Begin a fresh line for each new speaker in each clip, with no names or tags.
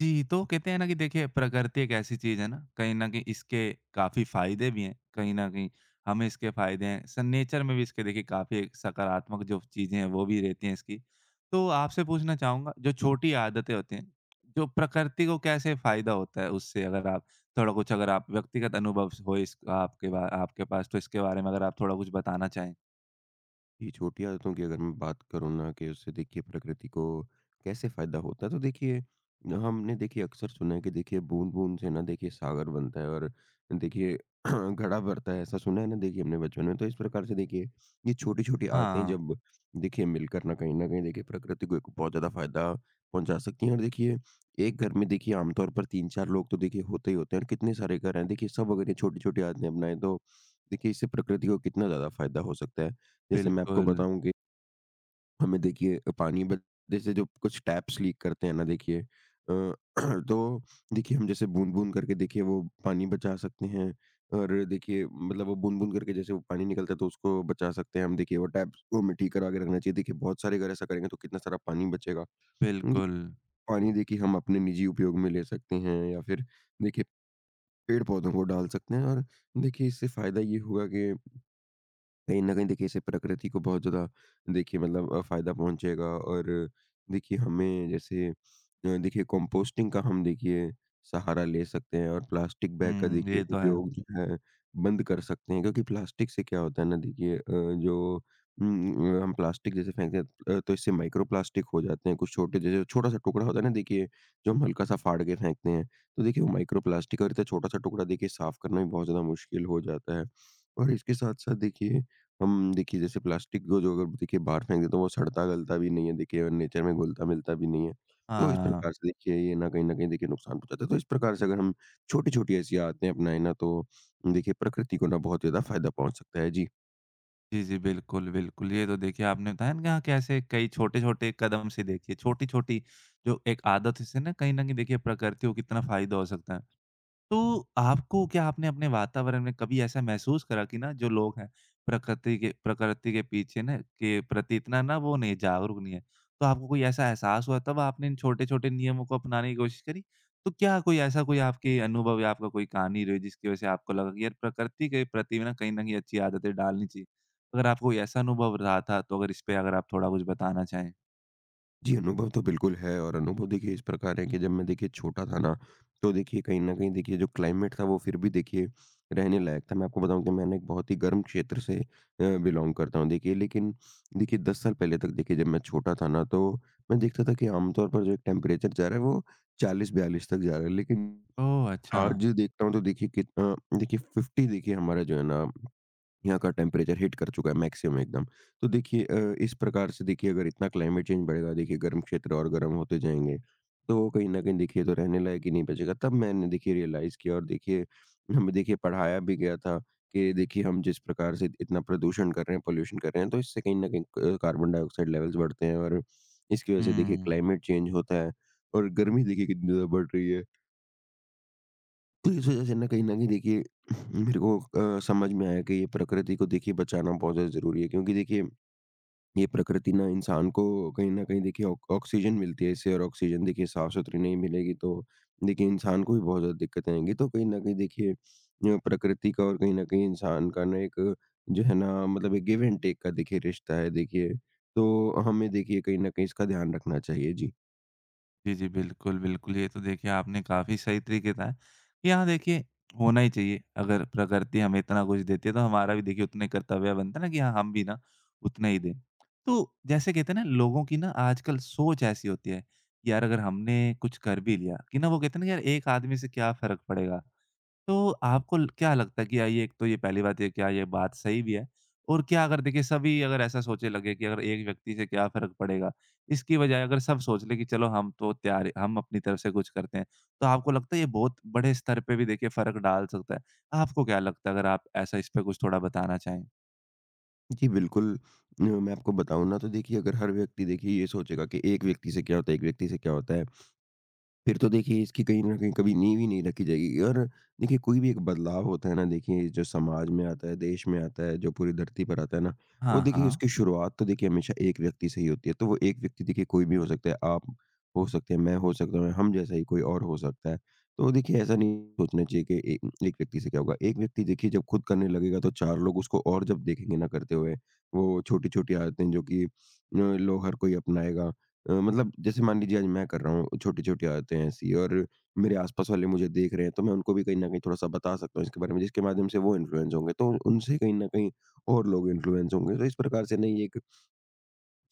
जी, तो कहते हैं ना कि देखिए प्रकृति एक ऐसी चीज़ है ना, कहीं न कहीं इसके काफ़ी फ़ायदे भी हैं, कहीं न कहीं हमें इसके फ़ायदे हैं। स नेचर में भी इसके देखिए काफ़ी सकारात्मक जो चीज़ें हैं वो भी रहती हैं इसकी। तो आपसे पूछना चाहूँगा जो छोटी आदतें होती हैं, जो प्रकृति को कैसे फ़ायदा होता है उससे? अगर आप व्यक्तिगत अनुभव स हो इस आपके पास, तो इसके बारे में अगर आप थोड़ा कुछ बताना चाहें?
ये छोटी आदतों की अगर मैं बात करूँ ना कि उससे देखिए प्रकृति को कैसे फ़ायदा होता है तो देखिए हमने देखिए अक्सर सुना है कि देखिए बूंद-बूंद से ना देखिए सागर बनता है और देखिए घड़ा भरता है, ऐसा सुना है ना देखिए हमने बचपन में। तो इस प्रकार से देखिए ये छोटी-छोटी आदतें
हाँ,
जब देखिए मिलकर ना कहीं न कहीं देखिए प्रकृति को एक बहुत ज़्यादा फ़ायदा पहुँचा सकती हैं, और देखिए एक घर में देखिए आमतौर पर 3-4 लोग तो देखिए होते ही होते हैं, और कितने सारे घर हैं। देखिए सब अगर ये छोटी-छोटी आदतें अपनाएँ तो देखिए इससे प्रकृति को कितना ज़्यादा फ़ायदा हो सकता है। जैसे मैं आपको
बिल्कुल,
बताऊँ कि हमें देखिए पानी बद जैसे जो कुछ टैप्स लीक करते हैं ना देखिए तो देखिए हम जैसे बूँद-बूँद करके देखिए वो पानी बचा सकते हैं, और देखिए मतलब वो बूँद-बूँद करके जैसे वो पानी निकलता है तो उसको बचा सकते हैं हम। देखिए वो टैप्स को हमें ठीक करा के रखना चाहिए। देखिए बहुत सारे अगर ऐसा करेंगे तो कितना सारा पानी बचेगा। उम,
बिल्कुल।
पानी देखिए हम अपने निजी उपयोग में ले सकते हैं, या फिर देखिए पेड़-पौधों को डाल सकते हैं, और देखिए इससे फ़ायदा ये होगा कि कहीं न कहीं देखिए इससे प्रकृति को बहुत ज़्यादा देखिए मतलब फ़ायदा पहुँचेगा। और देखिए हमें जैसे देखिए कंपोस्टिंग का हम देखिए सहारा ले सकते हैं, और प्लास्टिक बैग का
हुँ,
देखिए
ये तो है।
उपयोग जो है बंद कर सकते हैं, क्योंकि प्लास्टिक से क्या होता है ना देखिए जो हम प्लास्टिक जैसे फेंकते हैं तो इससे माइक्रो प्लास्टिक हो जाते हैं, कुछ छोटे, जैसे छोटा-सा टुकड़ा होता है ना देखिए जो हम हल्का-सा फाड़ के फेंकते हैं, तो देखिए वो माइक्रो प्लास्टिक और इतना छोटा-सा टुकड़ा देखिए साफ़ करना भी बहुत ज़्यादा मुश्किल हो जाता है। और इसके साथ-साथ देखिए हम देखिए जैसे प्लास्टिक को जो अगर देखिए बाहर फेंक दें तो वो सड़ता-गलता भी नहीं है देखिए, और नेचर में घुलता-मिलता भी नहीं है। तो इस
हाँ।
प्रकार से देखिए ये ना कहीं न कहीं देखिए नुकसान पहुँचाता है। तो इस प्रकार से अगर हम छोटी-छोटी ऐसी आदतें अपनाएँ ना तो देखिए प्रकृति को ना बहुत ज़्यादा फ़ायदा पहुँच सकता है। जी।
जी, जी। बिल्कुल, बिल्कुल। ये तो देखिए आपने बताया ना यहाँ कैसे कई छोटे-छोटे कदम से देखिए छोटी-छोटी जो एक आदत से ना कहीं न कहीं देखिए प्रकृति को कितना फ़ायदा हो सकता है। तो आपको क्या आपने अपने वातावरण में कभी ऐसा महसूस करा कि ना जो लोग हैं प्रकृति के पीछे ना, के प्रति इतना ना वो नहीं जागरूक नहीं है, तो आपको कोई ऐसा एहसास हुआ तब आपने इन छोटे छोटे नियमों को अपनाने की कोशिश करी? तो क्या कोई ऐसा कोई आपके अनुभव या आपका कोई कहानी रही जिसकी वजह से आपको लगा कि यार प्रकृति के प्रति ना कहीं अच्छी आदतें डालनी चाहिए? अगर आपको कोई ऐसा अनुभव रहा था, तो अगर इस पे अगर आप थोड़ा कुछ बताना चाहें?
जी, अनुभव तो बिल्कुल है, और अनुभव देखिए इस प्रकार है कि जब मैं देखिए छोटा था ना, तो देखिए कहीं न कहीं देखिए जो क्लाइमेट था वो फिर भी देखिए रहने लायक था। मैं आपको बताऊँ कि मैंने एक बहुत ही गर्म क्षेत्र से बिलॉन्ग करता हूँ देखिए। लेकिन देखिए 10 साल पहले तक देखिए जब मैं छोटा था ना तो मैं देखता था कि आमतौर पर जो एक टेम्परेचर जा रहा है वो 40-42 तक जा रहा है। लेकिन
ओह अच्छा।
आज जो देखता हूँ तो देखिए कितना देखिए 50 देखिए हमारा जो है ना यहाँ का टेम्परेचर हिट कर चुका है, मैक्सिमम एकदम। तो देखिए इस प्रकार से देखिए अगर इतना क्लाइमेट चेंज बढ़ेगा देखिए गर्म क्षेत्र और गर्म होते जाएँगे, तो कहीं न कहीं देखिए तो रहने लायक ही नहीं बचेगा। तब मैंने देखिए रियलाइज़ किया, और देखिए हमें देखिए पढ़ाया भी गया था कि देखिए हम जिस प्रकार से इतना प्रदूषण कर रहे हैं, पॉल्यूशन कर रहे हैं तो इससे कहीं न कहीं क कार्बन डाइऑक्साइड लेवल्स बढ़ते हैं, और इसकी वज़ह से देखिए
हम्म।
क्लाइमेट चेंज होता है और गर्मी देखिए कितनी ज़्यादा बढ़ रही है। तो इस वजह से ना कहीं न कहीं देखिए मेरे को समझ में आया कि ये प्रकृति को देखिए बचाना बहुत ज़्यादा ज़रूरी है, क्योंकि देखिए ये प्रकृति ना इंसान को कहीं न कहीं देखिए ऑक ऑक्सीजन मिलती है इससे, और ऑक्सीजन देखिए साफ़-सुथरी नहीं मिलेगी तो देखिए इंसान को भी बहुत ज़्यादा दिक्कतें आएँगी। तो कहीं न कहीं देखिए प्रकृति का, और कहीं न कहीं इंसान का ना एक जो है ना मतलब एक गिव एंड टेक का देखिए रिश्ता है देखिए। तो हमें देखिए कहीं न कहीं इसका ध्यान रखना चाहिए। जी।
जी, जी। बिल्कुल, बिल्कुल। ये तो देखिए आपने काफ़ी सही तरीके बताया कि हाँ, देखिए होना ही चाहिए। अगर प्रकृति हमें इतना कुछ देती है, तो हमारा भी देखिए उतना ही कर्तव्य बनता है ना कि हाँ, हम भी ना उतना ही दें। तो जैसे कहते हैं ना, लोगों की ना आजकल सोच ऐसी होती है, यार अगर हमने कुछ कर भी लिया कि ना, वो कहते हैं ना, यार एक आदमी से क्या फ़र्क पड़ेगा? तो आपको ल क्या लगता है कि आइए, एक तो ये पहली बात, ये क्या ये बात सही भी है? और क्या अगर देखिए सभी अगर ऐसा सोचने लगे कि अगर एक व्यक्ति से क्या फ़र्क पड़ेगा? इसकी बजाय अगर सब सोच लें कि चलो हम तो तैयार, हम अपनी तरफ से कुछ करते हैं, तो आपको लगता है ये बहुत बड़े स्तर पे भी देखिए फ़र्क डाल सकता है? आपको क्या लगता है, अगर आप ऐसा इस पे कुछ थोड़ा बताना चाहें?
जी, बिल्कुल। मैं आपको बताऊँ ना तो देखिए अगर हर व्यक्ति देखिए ये सोचेगा कि एक व्यक्ति से क्या होता है, एक व्यक्ति से क्या होता है। फिर तो देखिए इसकी कहीं न कहीं कभी नींव ही नहीं रखी जाएगी, और देखिए कोई भी एक बदलाव होता है ना देखिए जो समाज में आता है, देश में आता है, जो पूरी धरती पर आता है ना, वो
हाँ,
देखिए
हाँ।
उसकी शुरुआत तो देखिए हमेशा एक व्यक्ति से ही होती है। तो वो एक व्यक्ति देखिए कोई भी हो सकता है, आप हो सकते हैं, मैं हो सकता हूँ, हम जैसा ही कोई और हो सकता है। तो देखिए ऐसा नहीं सोचना चाहिए कि ए एक व्यक्ति से क्या होगा। एक व्यक्ति देखिए जब खुद करने लगेगा तो 4 लोग उसको और जब देखेंगे ना करते हुए, वो छोटी-छोटी आदतें जो कि लो हर कोई अपनाएगा। मतलब जैसे मान लीजिए आज मैं कर रहा हूँ, छोटी-छोटी आदतें हैं ऐसी, और मेरे आस-पास वाले मुझे देख रहे हैं, तो मैं उनको भी कहीं न कहीं थोड़ा-सा बता सकता हूँ इसके बारे में, जिसके माध्यम से वो इन्फ्लुएंस होंगे। तो उनसे कहीं न कहीं और लोग इन्फ्लुएंस होंगे। तो इस प्रकार से नहीं एक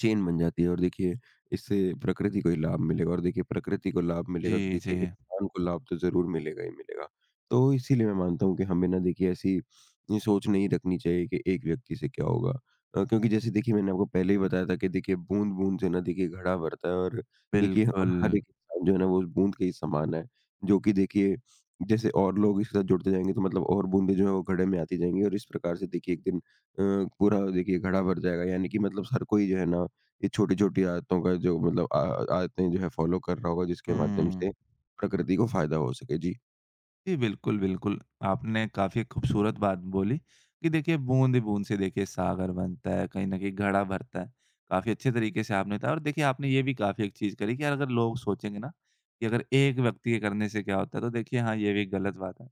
चेन बन जाती है, और देखिए इससे प्रकृति को ही लाभ मिलेगा, और देखिए प्रकृति को लाभ मिलेगा तो
जी, जी।
देखिए इंसान को लाभ तो ज़रूर मिलेगा ही मिलेगा। तो इसीलिए मैं मानता हूँ कि हमें ना देखिए ऐसी ये सोच नहीं रखनी चाहिए कि एक व्यक्ति से क्या होगा। क्योंकि जैसे देखिए मैंने आपको पहले ही बताया था कि देखिए बूँद-बूँद से ना देखिए घड़ा भरता है, और देखिए ह
बिल्कुल।
हर एक इंसान जो है ना वो उस बूँद के ही समान है। जो कि देखिए जैसे और लोग इसके साथ जुड़ते जाएँगे तो मतलब और बूँदें जो है वो घड़े में आती जाएँगी, और इस प्रकार से देखिए एक दिन पूरा देखिए घड़ा भर जाएगा, यानी कि मतलब हर कोई जो है ना ये छोटी-छोटी आदतों का जो मतलब आ आदतें जो है फॉलो कर रहा होगा, जिसके माध्यम
हुँ।
से प्रकृति को फ़ायदा हो सके? जी।
जी, बिल्कुल, बिल्कुल। आपने काफ़ी खूबसूरत बात बोली कि देखिए बूँद-बूँद से देखिए सागर बनता है, कहीं न कहीं घड़ा भरता है। काफ़ी अच्छे तरीके से आपने बताया, और देखिए आपने ये भी काफ़ी एक चीज़ करी कि यार अगर लोग सोचेंगे ना कि अगर एक व्यक्ति के करने से क्या होता है, तो देखिए हाँ, ये भी गलत बात है।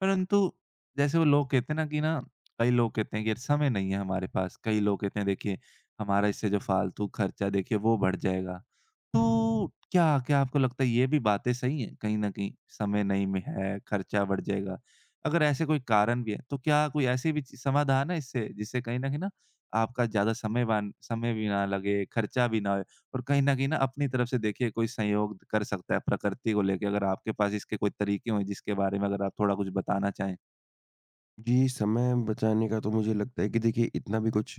परंतु जैसे वो लोग कहते हैं ना कि ना, कई लोग कहते हैं कि यार समय नहीं है हमारे पास। कई लोग कहते हैं देखिए हमारा इससे जो फ़ालतू खर्चा देखिए वो बढ़ जाएगा। तो क्या क्या आपको लगता है ये भी बातें सही हैं कहीं न कहीं? समय नहीं में है, खर्चा बढ़ जाएगा। अगर ऐसे कोई कारण भी है, तो क्या कोई ऐसी भी ची समाधान है इससे, जिससे कहीं न कहीं ना आपका ज़्यादा समय वान समय भी ना लगे, खर्चा भी ना होए, और कहीं न कहीं ना अपनी तरफ से देखिए कोई सहयोग कर सकता है प्रकृति को लेके? अगर आपके पास इसके कोई तरीके हों जिसके बारे में अगर आप थोड़ा कुछ बताना चाहें?
जी, समय बचाने का तो मुझे लगता है कि देखिए इतना भी कुछ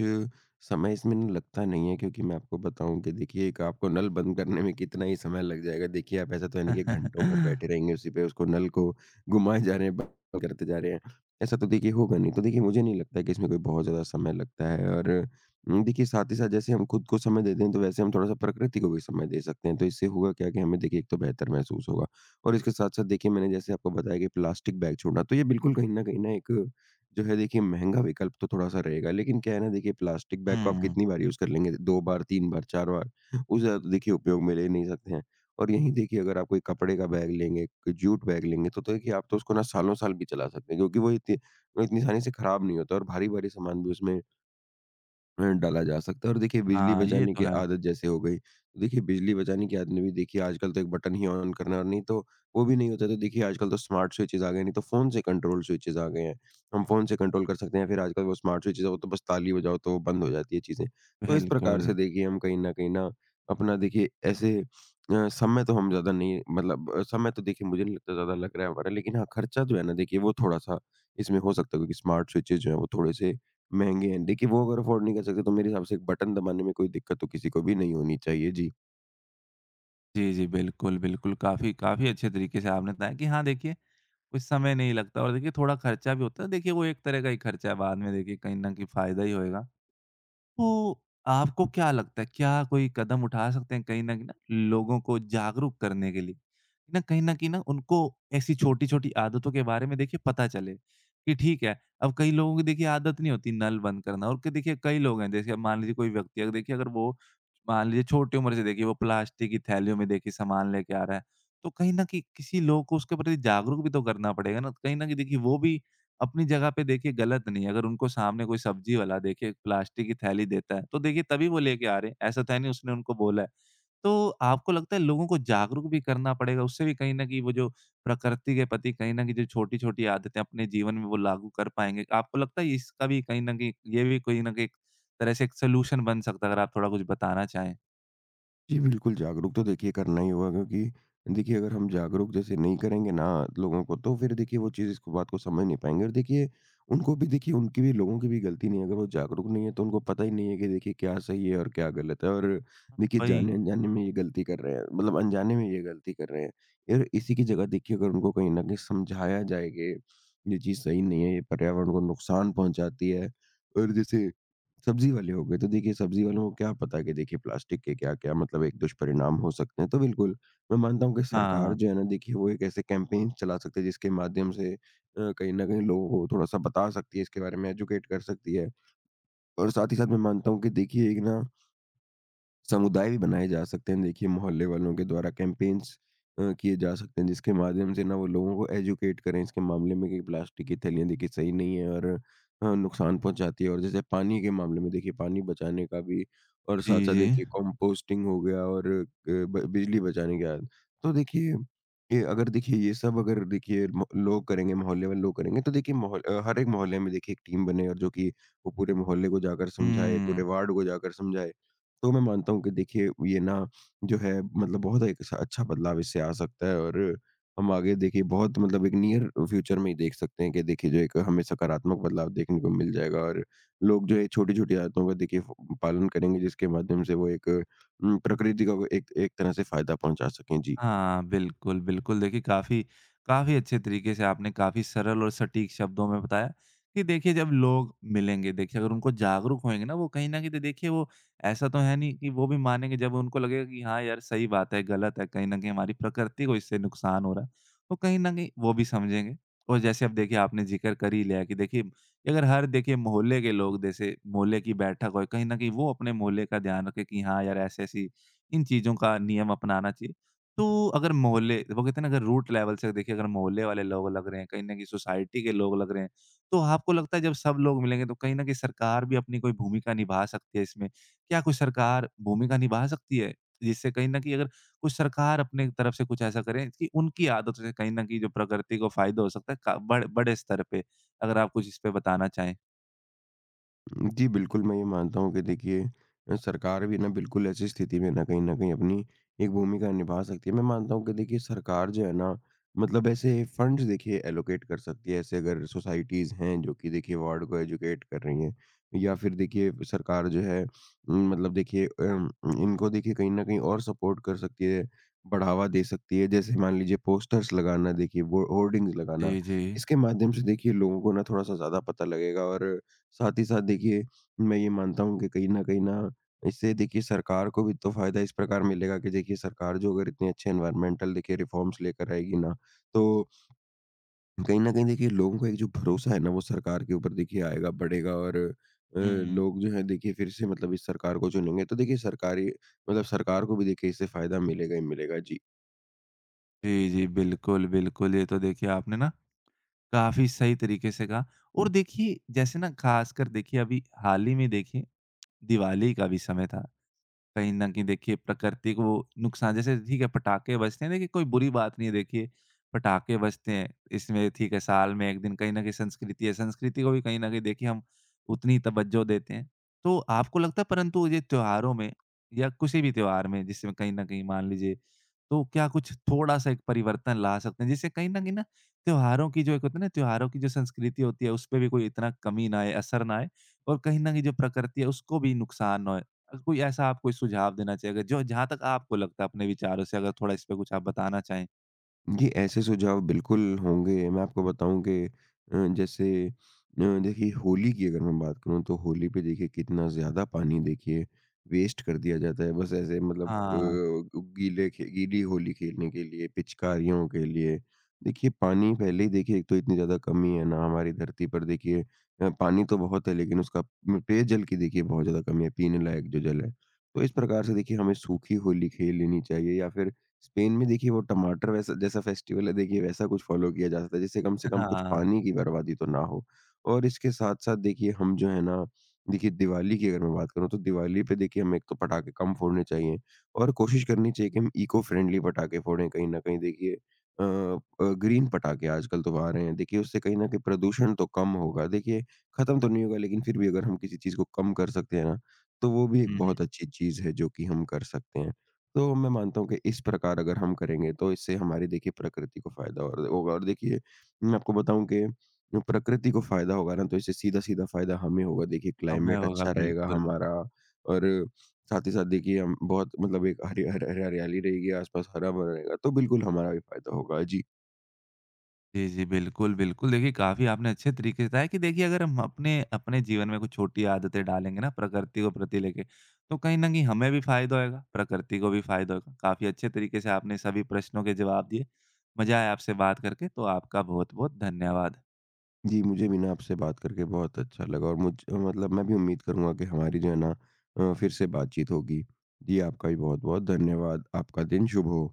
समय इसमें ना लगता नहीं है, क्योंकि मैं आपको बताऊँ कि देखिए एक आपको नल बंद करने में कितना ही समय लग जाएगा। देखिए आप ऐसा तो है नहीं कि घंटों भर बैठे रहेंगे उसी पे, उसको नल को घुमाए जा रहे हैं, बंद करते जा रहे हैं। ऐसा तो देखिए होगा नहीं। तो देखिए मुझे नहीं लगता है कि इसमें कोई बहुत ज़्यादा समय लगता है, और देखिए साथ ही साथ जैसे हम खुद को समय देते हैं तो वैसे हम थोड़ा-सा प्रकृति को भी समय दे सकते हैं। तो इससे होगा क्या कि हमें देखिए एक तो बेहतर महसूस होगा, और इसके साथ-साथ देखिए मैंने जैसे आपको बताया कि प्लास्टिक बैग छोड़ना, तो ये बिल्कुल कहीं न कहीं ना एक जो है देखिए महँगा विकल्प तो थोड़ा-सा रहेगा, लेकिन क्या है ना देखिए प्लास्टिक बैग को आप
हुँ।
कितनी बार यूज़ कर लेंगे? 2 बार, 3 बार, 4 बार, उससे ज़्यादा तो देखिए उपयोग में ले नहीं सकते हैं। और यहीं देखिए अगर आप कोई कपड़े का बैग लेंगे, कोई जूट बैग लेंगे, तो देखिए आप तो उसको ना सालों-साल भी चला सकते हैं, क्योंकि वो इतनी आसानी से खराब नहीं होता, और भारी-भारी सामान भी उसमें डाला जा सकता है। और देखिए बिजली
हाँ, ये
बचाने
तो
की
है।
आदत जैसे हो गई, तो देखिए बिजली बचाने की आदत में भी देखिए आजकल तो एक बटन ही ऑन करना है, और नहीं तो वो भी नहीं होता तो देखिए आजकल तो स्मार्ट स्विचेज़ आ गए, नहीं तो फ़ोन से कंट्रोल स्विचेज़ आ गए हैं। हम फ़ोन से कंट्रोल कर सकते हैं, फिर आजकल वो स्मार्ट स्विचेज़ वो तो बस ताली बजाओ तो वो बंद हो जाती है चीज़ें। तो इस प्रकार
बिल्कुल।
से देखिए हम कहीं न कहीं ना अपना देखिए ऐसे समय तो हम ज़्यादा नहीं, मतलब समय तो देखिए मुझे नहीं लगता ज़्यादा लग रहा है हमारा, लेकिन हाँ, खर्चा जो है ना देखिए वो थोड़ा-सा इसमें हो सकता है, क्योंकि स्मार्ट स्विचेज़ जो हैं वो थोड़े-से महँगे हैं। देखिए वो अगर अफ़ोर्ड नहीं कर सकते तो मेरे हिसाब से एक बटन दबाने में कोई दिक्कत तो किसी को भी नहीं होनी चाहिए। जी।
जी, जी, बिल्कुल, बिल्कुल। काफ़ी काफ़ी अच्छे तरीके से आपने बताया कि हाँ, देखिए कुछ समय नहीं लगता, और देखिए थोड़ा खर्चा भी होता है। देखिए वो एक तरह का ही खर्चा है, बाद में देखिए कहीं न कहीं फ़ायदा ही होएगा। तो आपको क्या लगता है, क्या कोई कदम उठा सकते हैं कहीं न कहीं ना लोगों को जागरूक करने के लिए? ना कहीं न कहीं ना उनको ऐसी छोटी-छोटी आदतों के बारे में देखिए पता चले कि ठीक है, अब कई लोगों की देखिए आदत नहीं होती नल बंद करना, और क देखिए कई लोग हैं जैसे, अब मान लीजिए कोई व्यक्ति अगर देखिए, अगर वो मान लीजिए छोटी उम्र से देखिए वो प्लास्टिक की थैलियों में देखिए सामान लेके आ रहा है, तो कहीं न कहीं किसी लोग को उसके प्रति जागरूक भी तो करना पड़ेगा ना, कहीं न कहीं देखिए वो भी अपनी जगह पे देखिए गलत नहीं है। अगर उनको सामने कोई सब्जी वाला देखिए प्लास्टिक की थैली देता है, तो देखिए तभी वो लेके आ रहे हैं। ऐसा तो है नहीं उसने उनको बोला है। तो आपको लगता है लोगों को जागरूक भी करना पड़ेगा, उससे भी कहीं न कहीं वो जो प्रकृति के प्रति कहीं न कहीं जो छोटी-छोटी आदतें अपने जीवन में वो लागू कर पाएँगे। आपको लगता है इसका भी कहीं न कहीं ये भी कहीं न कहीं एक तरह से एक सॉल्यूशन बन सकता है? अगर आप थोड़ा कुछ बताना चाहें?
जी, बिल्कुल जागरूक तो देखिए करना ही होगा, क्योंकि देखिए अगर हम जागरूक जैसे नहीं करेंगे ना लोगों को तो फिर देखिए वो चीज़ इसको बात को समझ नहीं पाएँगे, और देखिए उनको भी, देखिए उनकी भी, लोगों की भी गलती नहीं है। अगर वो जागरूक नहीं है तो उनको पता ही नहीं है कि देखिए क्या सही है और क्या गलत है, और देखिए
वही।
जाने-अनजाने में ये गलती कर रहे हैं, मतलब अनजाने में ये गलती कर रहे हैं। और इसी की जगह देखिए अगर उनको कहीं न कहीं समझाया जाए कि ये चीज़ सही नहीं है, ये पर्यावरण को नुकसान पहुँचाती है, और जैसे सब्ज़ी वाले हो गए, तो देखिए सब्ज़ी वालों को क्या पता कि देखिए प्लास्टिक के क्या-क्या मतलब एक दुष्परिणाम हो सकते हैं। तो बिल्कुल, मैं मानता हूँ कि सरकार
हाँ।
जो है ना देखिए वो एक ऐसे कैम्पेन्स चला सकती है जिसके माध्यम से कहीं न कहीं लोगों को थोड़ा-सा बता सकती है, इसके बारे में एजुकेट कर सकती है। और साथ ही साथ मैं मानता हूँ कि देखिए एक ना समुदाय भी बनाए जा सकते हैं देखिए मोहल्ले वालों के द्वारा कैंपेन्स किए जा सकते हैं जिसके माध्यम से ना वो लोगों को एजुकेट करें इसके मामले में कि प्लास्टिक की थैलियाँ देखिए सही नहीं है और नुकसान पहुंचाती है। और जैसे पानी के मामले में देखिए पानी बचाने का भी और
जी,
साथ साथ
जी।
देखिए कंपोस्टिंग हो गया और बिजली बचाने का। तो देखिए ये अगर देखिए ये सब अगर देखिए मो- लोग करेंगे मोहल्ले वाले लोग करेंगे तो देखिए हर एक मोहल्ले में देखिए एक टीम बने और जो कि वो पूरे मोहल्ले को जाकर समझाए
हुँ।
पूरे वार्ड को जाकर समझाए। तो मैं मानता हूँ कि देखिए ये ना जो है मतलब बहुत एक अच्छा अच्छा बदलाव इससे आ सकता है। और हम आगे देखिए बहुत मतलब एक नियर फ्यूचर में ही देख सकते हैं कि देखिए जो एक हमें सकारात्मक बदलाव देखने को मिल जाएगा। और लोग जो है छोटी छोटी आदतों का देखिए पालन करेंगे जिसके माध्यम से वो एक प्रकृति का वो एक एक तरह से फायदा पहुंचा सकें। जी।
हाँ, बिल्कुल, बिल्कुल। देखिए काफ़ी काफ़ी अच्छे तरीके से आपने काफ़ी सरल और सटीक शब्दों में बताया कि देखिए जब लोग मिलेंगे देखिए, अगर उनको जागरूक होएँगे ना, वो कहीं न कहीं तो देखिए वो, ऐसा तो है नहीं कि वो भी मानेंगे जब उनको लगेगा कि हाँ यार, सही बात है, गलत है, कहीं न कहीं हमारी प्रकृति को इससे नुकसान हो रहा है। तो कहीं न कहीं वो भी समझेंगे। और जैसे अब देखिए आपने ज़िक्र कर ही लिया कि देखिए अगर हर देखिए मोहल्ले के लोग, जैसे मोहल्ले की बैठक होए, कहीं न कहीं वो अपने मोहल्ले का ध्यान रखें कि हाँ यार, ऐसी-ऐसी इन चीज़ों का नियम अपनाना चाहिए। तो अगर मोहल्ले, वो कहते हैं ना, अगर रूट लेवल से देखिए, अगर मोहल्ले वाले लोग लग रहे हैं, कहीं न कहीं सोसाइटी के लोग लग रहे हैं, तो आपको लगता है जब सब लोग मिलेंगे तो कहीं न कहीं सरकार भी अपनी कोई भूमिका निभा सकती है इसमें? क्या कोई सरकार भूमिका निभा सकती है? जिससे कहीं न कहीं, अगर कुछ सरकार अपने तरफ से कुछ ऐसा करे कि उनकी आदतों से कहीं न कहीं जो प्रकृति को फ़ायदा हो सकता है का बड़े स्तर पे, अगर आप कुछ इस पे बताना चाहें?
जी, बिल्कुल, मैं ये मानता हूँ कि देखिए सरकार भी ना बिल्कुल ऐसी स्थिति में ना कहीं न कहीं अपनी एक भूमिका निभा सकती है। मैं मानता हूँ कि देखिए सरकार जो है ना मतलब ऐसे फंड्स देखिए एलोकेट कर सकती है। ऐसे अगर सोसाइटीज़ हैं जो कि देखिए वार्ड को एजुकेट कर रही हैं या फिर देखिए सरकार जो है अम, मतलब देखिए अम, इनको देखिए कहीं न कहीं और सपोर्ट कर सकती है, बढ़ावा दे सकती है। जैसे मान लीजिए पोस्टर्स लगाना देखिए वो होर्डिंग्स लगाना।
जी, जी।
इसके माध्यम से देखिए लोगों को ना थोड़ा-सा ज़्यादा पता लगेगा। और साथ ही साथ देखिए मैं ये मानता हूँ कि कहीं न कहीं ना इससे देखिए सरकार को भी तो फ़ायदा इस प्रकार मिलेगा कि देखिए सरकार जो अगर इतने अच्छे एनवायरमेंटल देखिए रिफ़ॉर्म्स लेकर आएगी ना, तो कहीं न कहीं देखिए लोगों का एक जो भरोसा है ना वो सरकार के ऊपर देखिए आएगा, बढ़ेगा। और
हुँ।
लोग जो है देखिए फिर से मतलब इस सरकार को चुनेंगे। तो देखिए सरकारी मतलब सरकार को भी देखिए इससे फ़ायदा मिलेगा ही मिलेगा। जी।
जी, जी, बिल्कुल, बिल्कुल। ये तो देखिए आपने ना काफ़ी सही तरीके से कहा। और देखिए जैसे ना, ख़ासकर देखिए अभी हाल ही में देखिए दिवाली का भी समय था। कहीं न कहीं देखिए प्रकृति को नुकसान, जैसे ठीक है पटाखे बजते हैं, देखिए कोई बुरी बात नहीं है देखिए, पटाखे बजते हैं, इसमें ठीक है साल में एक दिन, कहीं न कहीं संस्कृति है, संस्कृति को भी कहीं न कहीं देखिए हम उतनी तवज्जो देते हैं। तो आपको लगता है परंतु ये त्योहारों में या किसी भी त्योहार में जिसमें कहीं न कहीं मान लीजिए, तो क्या कुछ थोड़ा-सा एक परिवर्तन ला सकते हैं, जिससे कहीं न कहीं ना त्योहारों की जो एक होता है ना, त्योहारों की जो संस्कृति होती है उसपे भी कोई इतना कमी ना आए, असर ना आए, और कहीं न कहीं जो प्रकृति है उसको भी नुकसान ना हो? कोई ऐसा आप कोई सुझाव देना चाहिए, अगर जो जहाँ तक आपको लगता है अपने विचारों से, अगर थोड़ा इस पे कुछ आप बताना चाहें?
जी, ऐसे सुझाव बिल्कुल होंगे। मैं आपको बताऊँ कि जैसे देखिए होली की अगर मैं बात करूँ तो होली पे देखिए कितना ज़्यादा पानी देखिए वेस्ट कर दिया जाता है। बस ऐसे मतलब
हाँ,
गीले खे गीली होली खेलने के लिए, पिचकारियों के लिए। देखिए पानी पहले ही देखिए एक तो इतनी ज़्यादा कमी है ना हमारी धरती पर देखिए पानी तो बहुत है लेकिन उसका पेयजल की देखिए बहुत ज़्यादा कमी है, पीने लायक जो जल है। तो इस प्रकार से देखिए हमें सूखी होली खेल लेनी चाहिए या फिर स्पेन में देखिए वो टमाटर वैसा जैसा फेस्टिवल है देखिए वैसा कुछ फ़ॉलो किया जा सकता है, जिससे कम से कम कुछ
हाँ।
पानी की बर्बादी तो ना हो। और इसके साथ-साथ देखिए हम जो है ना, देखिए दिवाली की अगर मैं बात करूँ तो दिवाली पे देखिए हमें एक तो पटाखे कम फोड़ने चाहिए और कोशिश करनी चाहिए कि हम इको फ्रेंडली पटाखे फोड़ें। कहीं न कहीं देखिए अ अ, ग्रीन पटाखे आजकल तो आ रहे हैं। देखिए उससे कहीं न कहीं प्रदूषण तो कम होगा। देखिए ख़त्म तो नहीं होगा लेकिन फिर भी अगर हम किसी चीज़ को कम कर सकते हैं ना, तो वो भी एक
हुँ,
बहुत अच्छी चीज़ है जो कि हम कर सकते हैं। तो मैं मानता हूँ कि इस प्रकार अगर हम करेंगे तो इससे हमारी देखिए प्रकृति को फायदा और होगा। और देखिए मैं आपको बताऊं कि जो प्रकृति को फायदा होगा ना तो इससे सीधा सीधा फायदा हमें होगा। देखिए
हमें
क्लाइमेट
होगा
अच्छा रहेगा
बिल्कुल।
हमारा और साथ ही साथ देखिए हम बहुत मतलब एक हरियाली रहेगी आसपास हरा भरा रहेगा तो बिल्कुल हमारा भी फायदा होगा। जी।
जी, जी, बिल्कुल, बिल्कुल। देखिए काफ़ी आपने अच्छे तरीके से बताया कि देखिए अगर हम अपने अपने जीवन में कुछ छोटी आदतें डालेंगे ना प्रकृति को प्रति लेके, तो कहीं न कहीं हमें भी फ़ायदा होएगा, प्रकृति को भी फ़ायदा होगा। काफ़ी अच्छे तरीके से आपने सभी प्रश्नों के जवाब दिए। मज़ा आया आपसे बात करके, तो आपका बहुत-बहुत धन्यवाद।
जी मुझे भी ना आपसे बात करके बहुत अच्छा लगा। और मुझ मतलब मैं भी उम्मीद करूंगा कि हमारी जो है ना फिर से बातचीत होगी। जी आपका भी बहुत बहुत धन्यवाद। आपका दिन शुभ हो।